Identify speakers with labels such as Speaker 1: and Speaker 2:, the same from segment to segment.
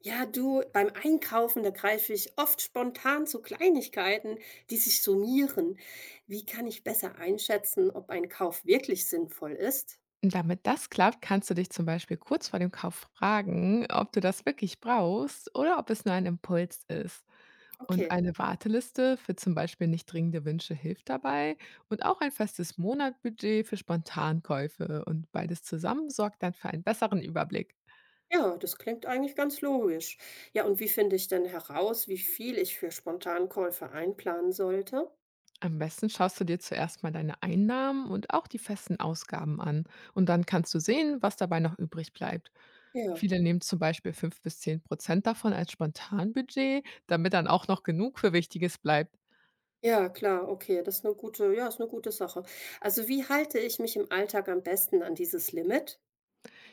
Speaker 1: Ja, du, beim Einkaufen, da greife ich oft spontan zu Kleinigkeiten, die sich summieren. Wie kann ich besser einschätzen, ob ein Kauf wirklich sinnvoll ist?
Speaker 2: Damit das klappt, kannst du dich zum Beispiel kurz vor dem Kauf fragen, ob du das wirklich brauchst oder ob es nur ein Impuls ist. Und
Speaker 1: Okay.
Speaker 2: eine Warteliste für zum Beispiel nicht dringende Wünsche hilft dabei und auch ein festes Monatbudget für Spontankäufe. Und beides zusammen sorgt dann für einen besseren Überblick.
Speaker 1: Ja, das klingt eigentlich ganz logisch. Ja, und wie finde ich denn heraus, wie viel ich für Spontankäufe einplanen sollte?
Speaker 2: Am besten schaust du dir zuerst mal deine Einnahmen und auch die festen Ausgaben an. Und dann kannst du sehen, was dabei noch übrig bleibt.
Speaker 1: Ja.
Speaker 2: Viele nehmen zum Beispiel 5 bis 10% davon als Spontanbudget, damit dann auch noch genug für Wichtiges bleibt.
Speaker 1: Ja, klar, okay, das ist eine gute, ja, ist eine gute Sache. Also, wie halte ich mich im Alltag am besten an dieses Limit?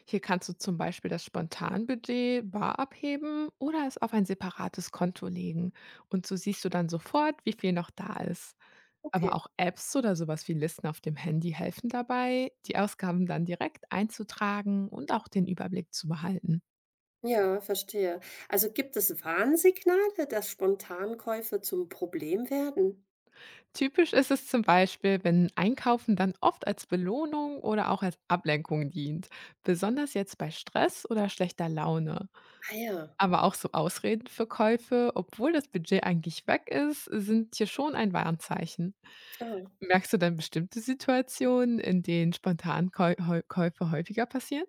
Speaker 2: Hier kannst du zum Beispiel das Spontanbudget bar abheben oder es auf ein separates Konto legen. Und so siehst du dann sofort, wie viel noch da ist. Aber
Speaker 1: Okay.
Speaker 2: auch Apps oder sowas wie Listen auf dem Handy helfen dabei, die Ausgaben dann direkt einzutragen und auch den Überblick zu behalten.
Speaker 1: Ja, verstehe. Also gibt es Warnsignale, dass Spontankäufe zum Problem werden?
Speaker 2: Typisch ist es zum Beispiel, wenn Einkaufen dann oft als Belohnung oder auch als Ablenkung dient, besonders jetzt bei Stress oder schlechter Laune.
Speaker 1: Ah ja,
Speaker 2: Aber auch so Ausreden für Käufe, obwohl das Budget eigentlich weg ist, sind hier schon ein Warnzeichen.
Speaker 1: klar.
Speaker 2: Merkst du dann bestimmte Situationen, in denen spontan Käufe häufiger passieren?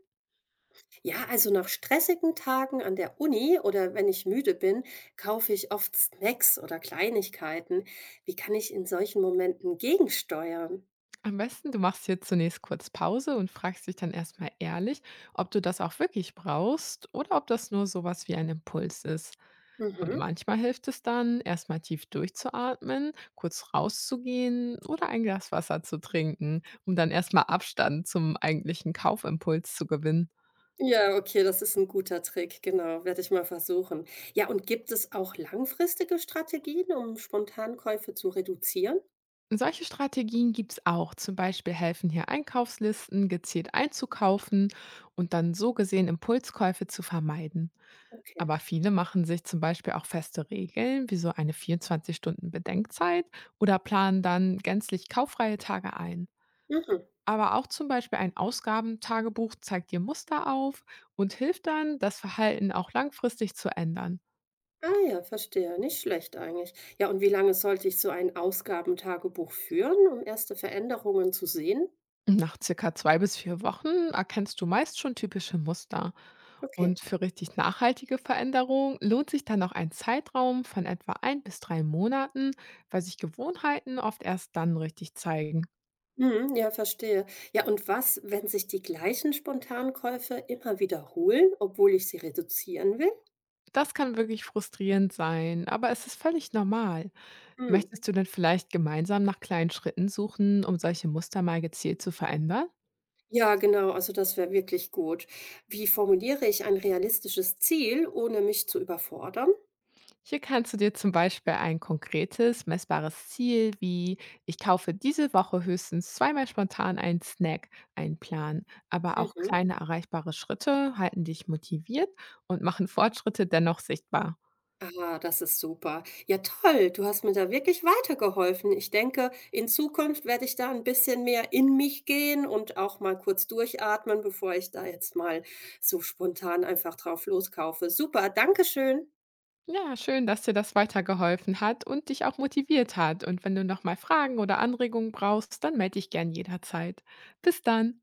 Speaker 1: Ja, also nach stressigen Tagen an der Uni oder wenn ich müde bin, kaufe ich oft Snacks oder Kleinigkeiten. Wie kann ich in solchen Momenten gegensteuern?
Speaker 2: Am besten, du machst hier zunächst kurz Pause und fragst dich dann erstmal ehrlich, ob du das auch wirklich brauchst oder ob das nur sowas wie ein Impuls ist. Und
Speaker 1: Mhm.
Speaker 2: manchmal hilft es dann, erstmal tief durchzuatmen, kurz rauszugehen oder ein Glas Wasser zu trinken, um dann erstmal Abstand zum eigentlichen Kaufimpuls zu gewinnen.
Speaker 1: Ja, okay, das ist ein guter Trick, genau, werde ich mal versuchen. Ja, und gibt es auch langfristige Strategien, um Spontankäufe zu reduzieren?
Speaker 2: Solche Strategien gibt es auch. Zum Beispiel helfen hier Einkaufslisten gezielt einzukaufen und dann so gesehen Impulskäufe zu vermeiden.
Speaker 1: Okay.
Speaker 2: Aber viele machen sich zum Beispiel auch feste Regeln, wie so eine 24 Stunden Bedenkzeit oder planen dann gänzlich kauffreie Tage ein.
Speaker 1: Mhm.
Speaker 2: Aber auch zum Beispiel ein Ausgabentagebuch zeigt dir Muster auf und hilft dann, das Verhalten auch langfristig zu ändern.
Speaker 1: Ah ja, verstehe. Nicht schlecht eigentlich. Ja, und wie lange sollte ich so ein Ausgabentagebuch führen, um erste Veränderungen zu sehen?
Speaker 2: Nach circa 2 bis 4 Wochen erkennst du meist schon typische Muster.
Speaker 1: Okay.
Speaker 2: Und für richtig nachhaltige Veränderungen lohnt sich dann auch ein Zeitraum von etwa 1 bis 3 Monaten, weil sich Gewohnheiten oft erst dann richtig zeigen.
Speaker 1: Mhm, ja, verstehe. Ja, und was, wenn sich die gleichen Spontankäufe immer wiederholen, obwohl ich sie reduzieren will?
Speaker 2: Das kann wirklich frustrierend sein, aber es ist völlig normal.
Speaker 1: Hm.
Speaker 2: Möchtest du denn vielleicht gemeinsam nach kleinen Schritten suchen, um solche Muster mal gezielt zu verändern?
Speaker 1: Ja, genau, also das wäre wirklich gut. Wie formuliere ich ein realistisches Ziel, ohne mich zu überfordern?
Speaker 2: Hier kannst du dir zum Beispiel ein konkretes, messbares Ziel wie ich kaufe diese Woche höchstens zweimal spontan einen Snack einplanen. Aber auch
Speaker 1: Mhm.
Speaker 2: kleine erreichbare Schritte halten dich motiviert und machen Fortschritte dennoch sichtbar.
Speaker 1: Ah, das ist super. Ja, toll, du hast mir da wirklich weitergeholfen. Ich denke, in Zukunft werde ich da ein bisschen mehr in mich gehen und auch mal kurz durchatmen, bevor ich da jetzt mal so spontan einfach drauf loskaufe. Super, danke schön.
Speaker 2: Ja, schön, dass dir das weitergeholfen hat und dich auch motiviert hat. Und wenn du nochmal Fragen oder Anregungen brauchst, dann melde dich gern jederzeit. Bis dann.